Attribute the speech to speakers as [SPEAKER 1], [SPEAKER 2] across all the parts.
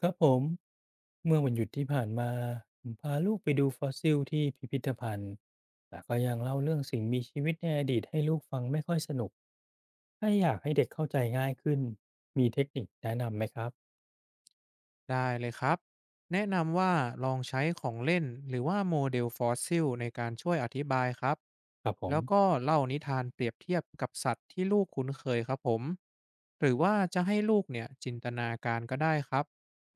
[SPEAKER 1] ครับผมเมื่อวันหยุดที่ผ่านมาผมพาลูกไปดูฟอสซิลที่พิพิธภัณฑ์แต่ก็ยังเล่าเรื่องสิ่งมีชีวิตในอดีตให้ลูกฟังไม่ค่อยสนุกถ้าอยากให้เด็กเข้าใจง่ายขึ้นมีเทคนิคแนะนำไหมครับ
[SPEAKER 2] ได้เลยครับแนะนำว่าลองใช้ของเล่นหรือว่าโมเดลฟอสซิลในการช่วยอธิบายครับ
[SPEAKER 1] ครับผม
[SPEAKER 2] แล้วก็เล่านิทานเปรียบเทียบกับสัตว์ที่ลูกคุ้นเคยครับผมหรือว่าจะให้ลูกเนี่ยจินตนาการก็ได้ครับ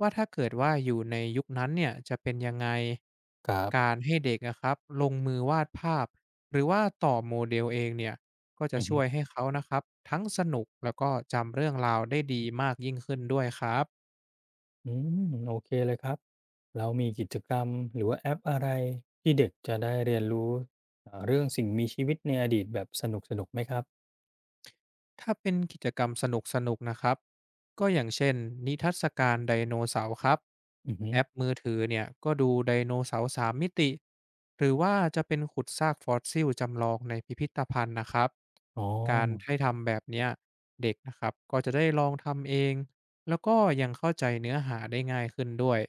[SPEAKER 2] ว่าถ้าเกิดว่าอยู่ในยุคนั้นเนี่ยจะเป็นยังไง
[SPEAKER 1] ครั
[SPEAKER 2] กา
[SPEAKER 1] บ
[SPEAKER 2] รให้เด็กนะครับลงมือวาดภาพหรือว่าต่อโมเดลเองเนี่ยก็จะ
[SPEAKER 1] อือ
[SPEAKER 2] ช่
[SPEAKER 1] ฮึ
[SPEAKER 2] วยให้เขานะครับทั้งสนุกแล้วก็จำเรื่องราวได้ดีมากยิ่งขึ้นด้วยครับ
[SPEAKER 1] อืมโอเคเลยครับเรามีกิจกรรมหรือว่าแอปอะไรที่เด็กจะได้เรียนรู้เรื่องสิ่งมีชีวิตในอดีตแบบสนุกสนุกไหมครับ
[SPEAKER 2] ถ้าเป็นกิจกรรมสนุกๆนนะครับก็อย่างเช่นนิทรรศการไดโนเสาร์ครับ
[SPEAKER 1] อือฮึ
[SPEAKER 2] แอปมือถือเนี่ยก็ดูไดโนเสาร์สามมิติหรือว่าจะเป็นขุดซากฟอสซิลจำลองในพิพิธภัณฑ์นะครับ
[SPEAKER 1] อ๋อ
[SPEAKER 2] การให้ทำแบบเนี้ยเด็กนะครับก็จะได้ลองทำเองแล้วก็ยังเข้าใจเนื้อหาได้ง่ายขึ้นด้วย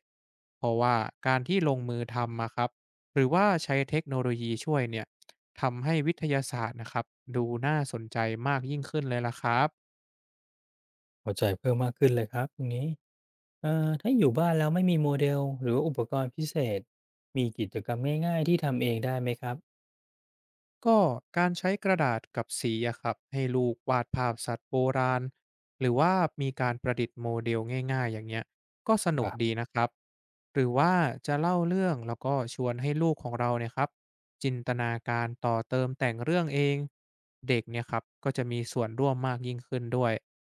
[SPEAKER 2] เพราะว่าการที่ลงมือทำมาครับหรือว่าใช้เทคโนโลยีช่วยเนี่ย ทำให้วิทยาศาสตร์นะครับดูน่าสนใจมากยิ่งขึ้นเลยล่ะครับ
[SPEAKER 1] เข้าใจเพิ่มมากขึ้นเลยครับตรงนี้ ถ้าอยู่บ้านแล้วไม่มีโมเดลหรือว่าอุปกรณ์พิเศษมีกิจกรรมง่ายๆที่ทำเองได้ไหมครับ
[SPEAKER 2] ก็การใช้กระดาษกับสีอะครับให้ลูกวาดภาพสัตว์โบราณหรือว่ามีการประดิษฐ์โมเดลง่ายๆอย่างเงี้ยก็ส
[SPEAKER 1] ค
[SPEAKER 2] นุก
[SPEAKER 1] รั
[SPEAKER 2] ดี
[SPEAKER 1] บ
[SPEAKER 2] นะครับหรือว่าจะเล่าเรื่องแล้วก็ชวนให้ลูกของเราเนี่ยครับจินตนาการต่อเติมแต่งเรื่องเองเด็กเนี่ยครับก็จะมีส่วนร่วมมากยิ่งขึ้นด้วย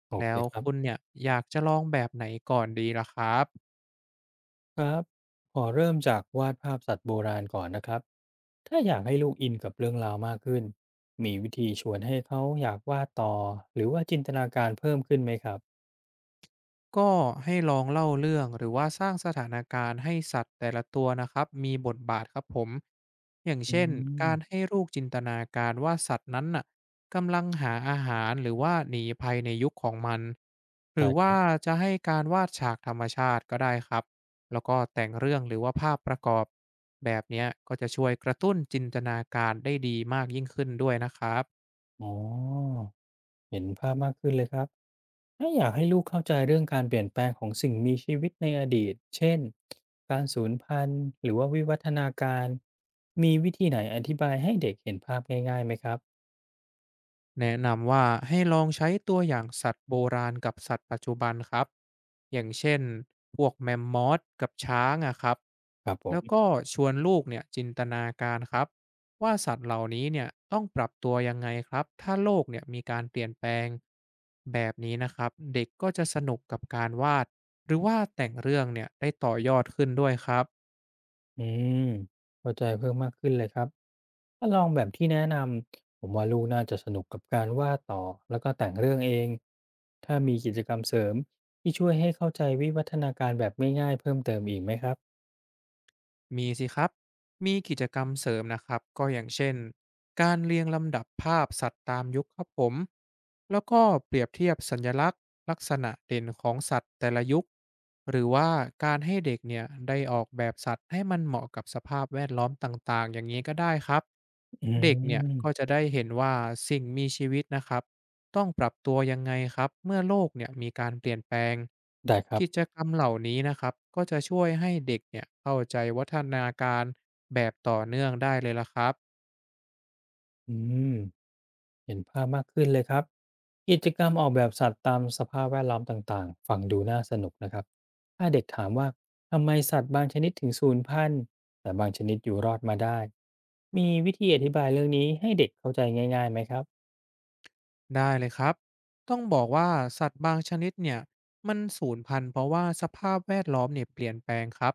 [SPEAKER 1] โอเค
[SPEAKER 2] แล้ว
[SPEAKER 1] ครับ
[SPEAKER 2] คุณเนี่ยอยากจะลองแบบไหนก่อนดีล่ะครับ
[SPEAKER 1] ครับขอเริ่มจากวาดภาพสัตว์โบราณก่อนนะครับถ้าอยากให้ลูกอินกับเรื่องราวมากขึ้นมีวิธีชวนให้เขาอยากวาดต่อหรือว่าจินตนาการเพิ่มขึ้นไหมครับ
[SPEAKER 2] ก็ให้ลองเล่าเรื่องหรือว่าสร้างสถานการณ์ให้สัตว์แต่ละตัวนะครับมีบทบาทครับผมอย่าง
[SPEAKER 1] อื
[SPEAKER 2] เช่น
[SPEAKER 1] ม
[SPEAKER 2] การให้ลูกจินตนาการว่าสัตว์นั้นน่ะกำลังหาอาหารหรือว่าหนีภัยในยุคของมันหรื
[SPEAKER 1] ได้
[SPEAKER 2] อ
[SPEAKER 1] ค
[SPEAKER 2] ว่า
[SPEAKER 1] รับ
[SPEAKER 2] จะให้การวาดฉากธรรมชาติก็ได้ครับแล้วก็แต่งเรื่องหรือว่าภาพประกอบแบบเนี้ยก็จะช่วยกระตุ้นจินตนาการได้ดีมากยิ่งขึ้นด้วยนะครับ
[SPEAKER 1] อ๋อเห็นภาพมากขึ้นเลยครับ ถ้าอยากให้ลูกเข้าใจเรื่องการเปลี่ยนแปลงของสิ่งมีชีวิตในอดีต เช่นการสูญพันธุ์หรือว่าวิวัฒนาการ มีวิธีไหนอธิบายให้เด็กเห็นภาพง่ายๆไหมครับ
[SPEAKER 2] แนะนำว่าให้ลองใช้ตัวอย่างสัตว์โบราณกับสัตว์ปัจจุบันครับอย่างเช่นพวกแมมมอธกับช้างอะครับ
[SPEAKER 1] ครับผ
[SPEAKER 2] แล้
[SPEAKER 1] ม
[SPEAKER 2] วก็ชวนลูกเนี่ยจินตนาการครับว่าสัตว์เหล่านี้เนี่ยต้องปรับตัวยังไงครับถ้าโลกเนี่ยมีการเปลี่ยนแปลงแบบนี้นะครับเด็กก็จะสนุกกับการวาดหรือว่าแต่งเรื่องเนี่ยได้ต่อยอดขึ้นด้วยครับ
[SPEAKER 1] อืมเข้าใจเพิ่มมากขึ้นเลยครับถ้าลองแบบที่แนะนำผมว่าลูกน่าจะสนุกกับการวาดต่อแล้วก็แต่งเรื่องเองถ้ามีกิจกรรมเสริมที่ช่วยให้เข้าใจวิวัฒนาการแบบง่ายๆเพิ่มเติมอีกไหมครับ
[SPEAKER 2] มีสิครับมีกิจกรรมเสริมนะครับก็อย่างเช่นการเรียงลำดับภาพสัตว์ตามยุคครับผมแล้วก็เปรียบเทียบสัญลักษณ์ลักษณะเด่นของสัตว์แต่ละยุคหรือว่าการให้เด็กเนี่ยได้ออกแบบสัตว์ให้มันเหมาะกับสภาพแวดล้อมต่างๆอย่างนี้ก็ได้ครับ
[SPEAKER 1] อื
[SPEAKER 2] เด็กเนี่ยก็จะ
[SPEAKER 1] ม
[SPEAKER 2] ได้เห็นว่าสิ่งมีชีวิตนะครับ ต้องปรับตัวยังไงครับเมื่อโลกเนี่ยมีการเปลี่ยนแปลง
[SPEAKER 1] ได้ครับ
[SPEAKER 2] กิจกรรมเหล่านี้นะครับก็จะช่วยให้เด็กเนี่ยเข้าใจวัฒนาการแบบต่อเนื่องได้เลยละครับ
[SPEAKER 1] อืม เห็นภาพมากขึ้นเลยครับกิจกรรมออกแบบสัตว์ตามสภาพแวดล้อมต่างๆ ฟังดูน่าสนุกนะครับ ถ้าเด็กถามว่าทำไมสัตว์บางชนิดถึงสูญพันธุ์แต่บางชนิดอยู่รอดมาได้มีวิธีอธิบายเรื่องนี้ให้เด็กเข้าใจง่ายๆไหมครับ
[SPEAKER 2] ได้เลยครับ ต้องบอกว่าสัตว์บางชนิดเนี่ยมันสูญพันธุ์เพราะว่าสภาพแวดล้อมเนี่ยเปลี่ยนแปลงครับ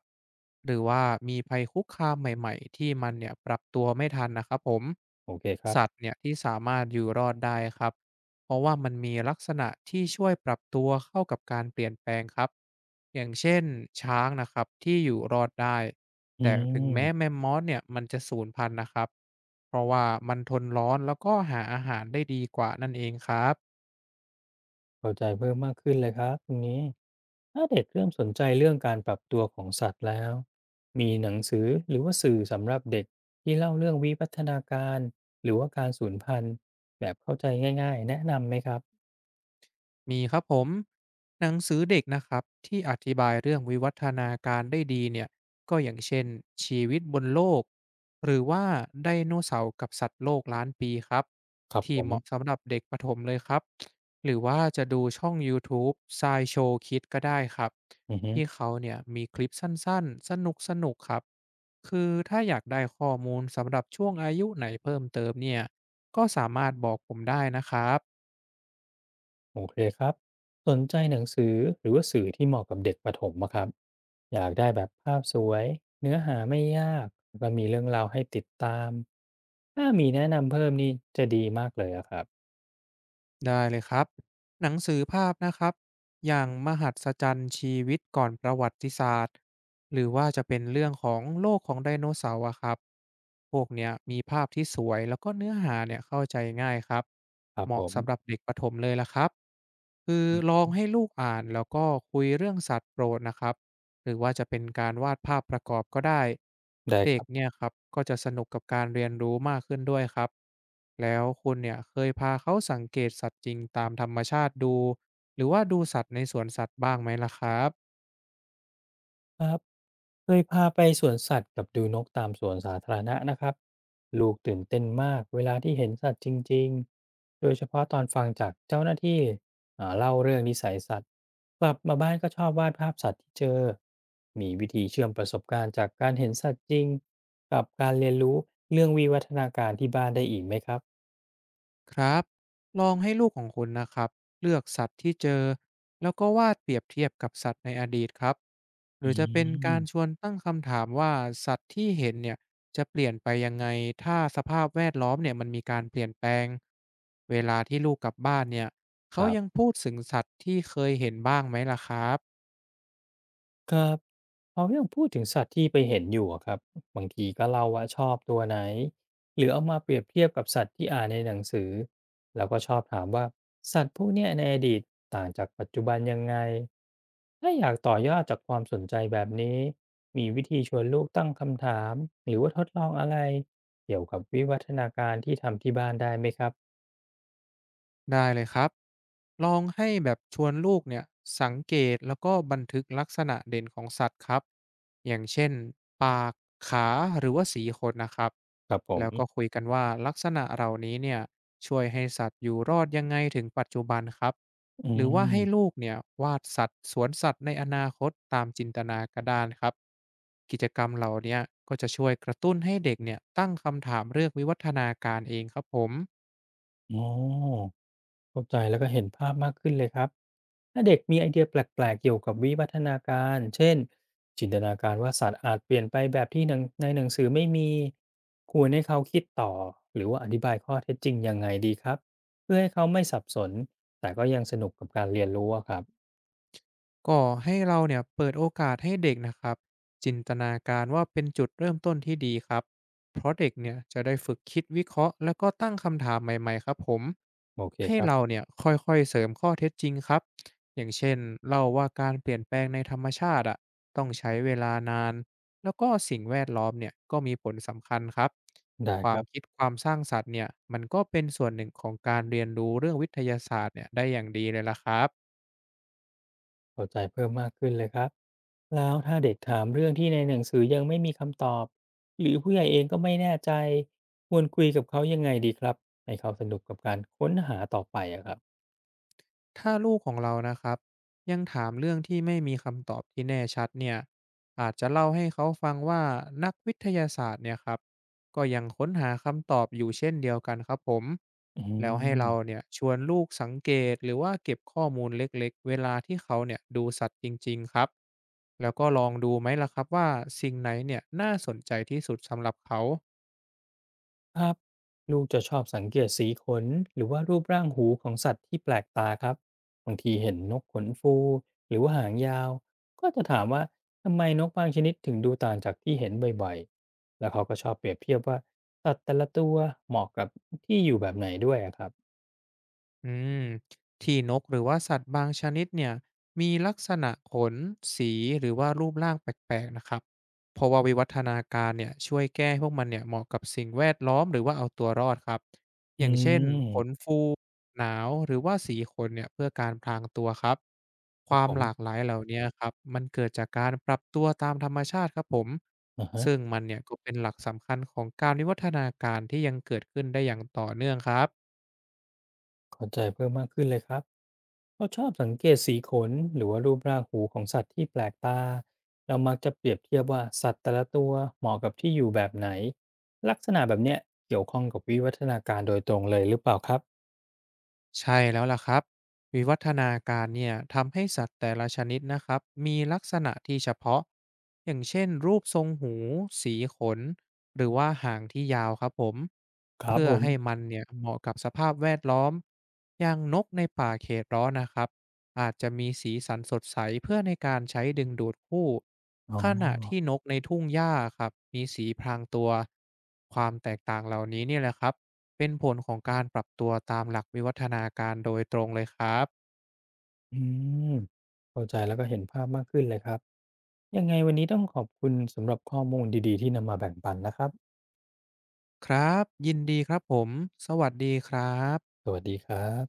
[SPEAKER 2] หรือว่ามีภัยคุกคามใหม่ๆที่มันเนี่ยปรับตัวไม่ทันนะครับผม
[SPEAKER 1] โอเคครับ
[SPEAKER 2] สัตว์เนี่ยที่สามารถอยู่รอดได้ครับเพราะว่ามันมีลักษณะที่ช่วยปรับตัวเข้ากับการเปลี่ยนแปลงครับอย่างเช่นช้างนะครับที่อยู่รอดได้
[SPEAKER 1] อื
[SPEAKER 2] แต่ถึงแม้แม
[SPEAKER 1] ม
[SPEAKER 2] มมอสเนี่ยมันจะสูญพันธุ์นะครับ เพราะว่ามันทนร้อนแล้วก็หาอาหารได้ดีกว่านั่นเองครับ
[SPEAKER 1] เข้าใจเพิ่มมากขึ้นเลยครับตรงนี้ถ้าเด็กเริ่มสนใจเรื่องการปรับตัวของสัตว์แล้วมีหนังสือหรือว่าสื่อสำหรับเด็กที่เล่าเรื่องวิวัฒนาการหรือว่าการสูญพันธุ์แบบเข้าใจง่ายๆแนะนำไหมครับ
[SPEAKER 2] มีครับผมหนังสือเด็กนะครับที่อธิบายเรื่องวิวัฒนาการได้ดีเนี่ยก็อย่างเช่นชีวิตบนโลกหรือว่าไดโนเสาร์กับสัตว์โลกล้านปีครับ
[SPEAKER 1] ครับผ
[SPEAKER 2] ที่
[SPEAKER 1] ม
[SPEAKER 2] เหมาะสำหรับเด็กประถมเลยครับหรือว่าจะดูช่อง YouTube ซายโชคิดก็ได้ครับ
[SPEAKER 1] อือฮึ
[SPEAKER 2] ที่เขาเนี่ยมีคลิปสั้นๆสนุกสนุกครับคือถ้าอยากได้ข้อมูลสำหรับช่วงอายุไหนเพิ่มเติมเนี่ยก็สามารถบอกผมได้นะครับ
[SPEAKER 1] โอเคครับสนใจหนังสือหรือว่าสื่อที่เหมาะกับเด็กประถมอะครับอยากได้แบบภาพสวยเนื้อหาไม่ยากแล้วก็มีเรื่องราวให้ติดตามถ้ามีแนะนำเพิ่มนี่จะดีมากเลยอะครับ
[SPEAKER 2] ได้เลยครับหนังสือภาพนะครับอย่างมหัศจรรย์ชีวิตก่อนประวัติศาสตร์หรือว่าจะเป็นเรื่องของโลกของไดโนเสาร์อะครับพวกเนี้ยมีภาพที่สวยแล้วก็เนื้อหาเนี่ยเข้าใจง่ายครับ
[SPEAKER 1] ครับ
[SPEAKER 2] เห
[SPEAKER 1] ผ
[SPEAKER 2] มาะ
[SPEAKER 1] ม
[SPEAKER 2] สำหรับเด็กประถมเลยละครับคือลองให้ลูกอ่านแล้วก็คุยเรื่องสัตว์โปรดนะครับ หรือว่าจะเป็นการวาดภาพประกอบก็ได้
[SPEAKER 1] ได้ค
[SPEAKER 2] เด็ก
[SPEAKER 1] รับ
[SPEAKER 2] เนี่ยครับก็จะสนุกกับการเรียนรู้มากขึ้นด้วยครับแล้วคุณเนี่ยเคยพาเขาสังเกตสัตว์จริงตามธรรมชาติดูหรือว่าดูสัตว์ในสวนสัตว์บ้างไหมล่ะครับ
[SPEAKER 1] ครับเคยพาไปสวนสัตว์กับดูนกตามสวนสาธารณะนะครับลูกตื่นเต้นมากเวลาที่เห็นสัตว์จริงๆโดยเฉพาะตอนฟังจากเจ้าหน้าที่เล่าเรื่องนิสัยสัตว์กลับมาบ้านก็ชอบวาดภาพสัตว์ที่เจอมีวิธีเชื่อมประสบการณ์จากการเห็นสัตว์จริงกับการเรียนรู้เรื่องวิวัฒนาการที่บ้านได้อีกไหมครับ
[SPEAKER 2] ครับลองให้ลูกของคุณนะครับเลือกสัตว์ที่เจอแล้วก็วาดเปรียบเทียบกับสัตว์ในอดีตครับห
[SPEAKER 1] อื
[SPEAKER 2] รือจะเป็นการ
[SPEAKER 1] ม
[SPEAKER 2] ชวนตั้งคำถามว่าสัตว์ที่เห็นเนี่ยจะเปลี่ยนไปยังไงถ้าสภาพแวดล้อมเนี่ยมันมีการเปลี่ยนแปลงเวลาที่ลูกกลับบ้านเนี่ย
[SPEAKER 1] ค
[SPEAKER 2] เขา
[SPEAKER 1] รั
[SPEAKER 2] ยัง
[SPEAKER 1] บ
[SPEAKER 2] พูดถึงสัตว์ที่เคยเห็นบ้างไหมล่ะครับ
[SPEAKER 1] ครับเขายังพูดถึงสัตว์ที่ไปเห็นอยู่อะครับ บางทีก็เล่าว่าชอบตัวไหนหรือเอามาเปรียบเทียบกับสัตว์ที่อ่านในหนังสือแล้วก็ชอบถามว่าสัตว์พวกเนี้ยในอดีตต่างจากปัจจุบันยังไงถ้าอยากต่อยอดจากความสนใจแบบนี้มีวิธีชวนลูกตั้งคำถามหรือว่าทดลองอะไรเกี่ยวกับวิวัฒนาการที่ทำที่บ้านได้ไหมครับ
[SPEAKER 2] ได้เลยครับลองให้แบบชวนลูกเนี่ยสังเกตแล้วก็บันทึกลักษณะเด่นของสัตว์ครับอย่างเช่นปากขาหรือว่าสีขนนะครับ
[SPEAKER 1] ครับผม
[SPEAKER 2] แล้วก็คุยกันว่าลักษณะเหล่านี้เนี่ยช่วยให้สัตว์อยู่รอดยังไงถึงปัจจุบันครับ
[SPEAKER 1] อื
[SPEAKER 2] หรือว่าให้
[SPEAKER 1] ม
[SPEAKER 2] ลูกเนี่ยวาดสัตว์สวนสัตว์ในอนาคตตามจินตนากระดานครับกิจกรรมเหล่าเนี้ยก็จะช่วยกระตุ้นให้เด็กเนี่ยตั้งคำถามเรื่องวิวัฒนาการเองครับผม
[SPEAKER 1] อ๋อ เข้าใจแล้วก็เห็นภาพมากขึ้นเลยครับ ถ้าเด็กมีไอเดียแปลกๆเกี่ยวกับวิวัฒนาการ เช่น จินตนาการว่าสัตว์อาจเปลี่ยนไปแบบที่หนังในหนังสือไม่มี ควรให้เขาคิดต่อหรือว่าอธิบายข้อเท็จจริงยังไงดีครับ เพื่อให้เขาไม่สับสนแต่ก็ยังสนุกกับการเรียนรู้อะครับ
[SPEAKER 2] ก็ให้เราเนี่ยเปิดโอกาสให้เด็กนะครับจินตนาการว่าเป็นจุดเริ่มต้นที่ดีครับเพราะเด็กเนี่ยจะได้ฝึกคิดวิเคราะห์แล้วก็ตั้งคำถามใหม่ๆครับผม
[SPEAKER 1] โอเค
[SPEAKER 2] ให้
[SPEAKER 1] ครับ
[SPEAKER 2] เราเนี่ยค่อยๆเสริมข้อเท็จจริงครับอย่างเช่นเล่าว่าการเปลี่ยนแปลงในธรรมชาติอ่ะต้องใช้เวลานานแล้วก็สิ่งแวดล้อมเนี่ยก็มีผลสำคัญครับ
[SPEAKER 1] ได้
[SPEAKER 2] ควา
[SPEAKER 1] ค
[SPEAKER 2] ม
[SPEAKER 1] รับ
[SPEAKER 2] คิดความสร้างสรรค์เนี่ยมันก็เป็นส่วนหนึ่งของการเรียนรู้เรื่องวิทยาศาสตร์เนี่ยได้อย่างดีเลยละครับ
[SPEAKER 1] เข้าใจเพิ่มมากขึ้นเลยครับแล้วถ้าเด็กถามเรื่องที่ในหนังสือยังไม่มีคำตอบหรือผู้ใหญ่เองก็ไม่แน่ใจควรคุยกับเขายังไงดีครับให้เขาสนุกกับการค้นหาต่อไปอะครับ
[SPEAKER 2] ถ้าลูกของเรานะครับยังถามเรื่องที่ไม่มีคำตอบที่แน่ชัดเนี่ยอาจจะเล่าให้เขาฟังว่านักวิทยาศาสตร์เนี่ยครับก็ยังค้นหาคำตอบอยู่เช่นเดียวกันครับผม
[SPEAKER 1] อื
[SPEAKER 2] แล้วให้
[SPEAKER 1] ม
[SPEAKER 2] เราเนี่ยชวนลูกสังเกตหรือว่าเก็บข้อมูลเล็กๆเวลาที่เขาเนี่ยดูสัตว์จริงๆครับแล้วก็ลองดูไหมล่ะครับว่าสิ่งไหนเนี่ยน่าสนใจที่สุดสำหรับเขา
[SPEAKER 1] ครับลูกจะชอบสังเกตสีขนหรือว่ารูปร่างหูของสัตว์ที่แปลกตาครับบางทีเห็นนกขนฟูหรือว่าหางยาวก็จะถามว่าทำไมนกบางชนิดถึงดูต่างจากที่เห็นบ่อยๆแล้วเขาก็ชอบเปรียบเทียบว่าสัตว์แต่ละตัวเหมาะกับที่อยู่แบบไหนด้วยอะครับ
[SPEAKER 2] อืมที่นกหรือว่าสัตว์บางชนิดเนี่ยมีลักษณะขนสีหรือว่ารูปร่างแปลกๆนะครับเพราะว่าวิวัฒนาการเนี่ยช่วยแก้ให้พวกมันเนี่ยเหมาะกับสิ่งแวดล้อมหรือว่าเอาตัวรอดครับอ
[SPEAKER 1] อื
[SPEAKER 2] ย่างเช่นขน
[SPEAKER 1] ม
[SPEAKER 2] ฟูหนาวหรือว่าสีขนเนี่ยเพื่อการพรางตัวครับ
[SPEAKER 1] ค
[SPEAKER 2] ค
[SPEAKER 1] รับ
[SPEAKER 2] วาม
[SPEAKER 1] ผ
[SPEAKER 2] หลาก
[SPEAKER 1] ม
[SPEAKER 2] หลายเหล่านี้ครับมันเกิดจากการปรับตัวตามธรรมชาติครับผม
[SPEAKER 1] อ่าฮะ
[SPEAKER 2] ซึ่งมันเนี่ยก็เป็นหลักสำคัญของการวิวัฒนาการที่ยังเกิดขึ้นได้อย่างต่อเนื่องครับ
[SPEAKER 1] เข้าใจเพิ่มมากขึ้นเลยครับ เขาชอบสังเกตสีขนหรือว่ารูปร่างหูของสัตว์ที่แปลกตาเรามักจะเปรียบเทียบว่าสัตว์แต่ละตัวเหมาะกับที่อยู่แบบไหนลักษณะแบบเนี้ยเกี่ยวข้องกับวิวัฒนาการโดยตรงเลยหรือเปล่าครับ
[SPEAKER 2] ใช่แล้วล่ะครับวิวัฒนาการเนี่ยทำให้สัตว์แต่ละชนิดนะครับมีลักษณะที่เฉพาะอย่างเช่นรูปทรงหูสีขนหรือว่าหางที่ยาวครับผม
[SPEAKER 1] ครับ
[SPEAKER 2] เพื่อ
[SPEAKER 1] ผม
[SPEAKER 2] ให้มันเนี่ยเหมาะกับสภาพแวดล้อมอย่างนกในป่าเขตร้อนนะครับอาจจะมีสีสันสดใสเพื่อในการใช้ดึงดูดคู่
[SPEAKER 1] อ๋อ
[SPEAKER 2] ขณะที่นกในทุ่งหญ้าครับมีสีพรางตัวความแตกต่างเหล่านี้เนี่ยแหละครับ เป็นผลของการปรับตัวตามหลักวิวัฒนาการโดยตรงเลยครับ
[SPEAKER 1] อืมเข้าใจแล้วก็เห็นภาพมากขึ้นเลยครับยังไงวันนี้ต้องขอบคุณสำหรับข้อมูลดีๆที่นำมาแบ่งปันนะครับ
[SPEAKER 2] ครับ ยินดีครับผม สวัสดีครับ
[SPEAKER 1] สวัสดีครับ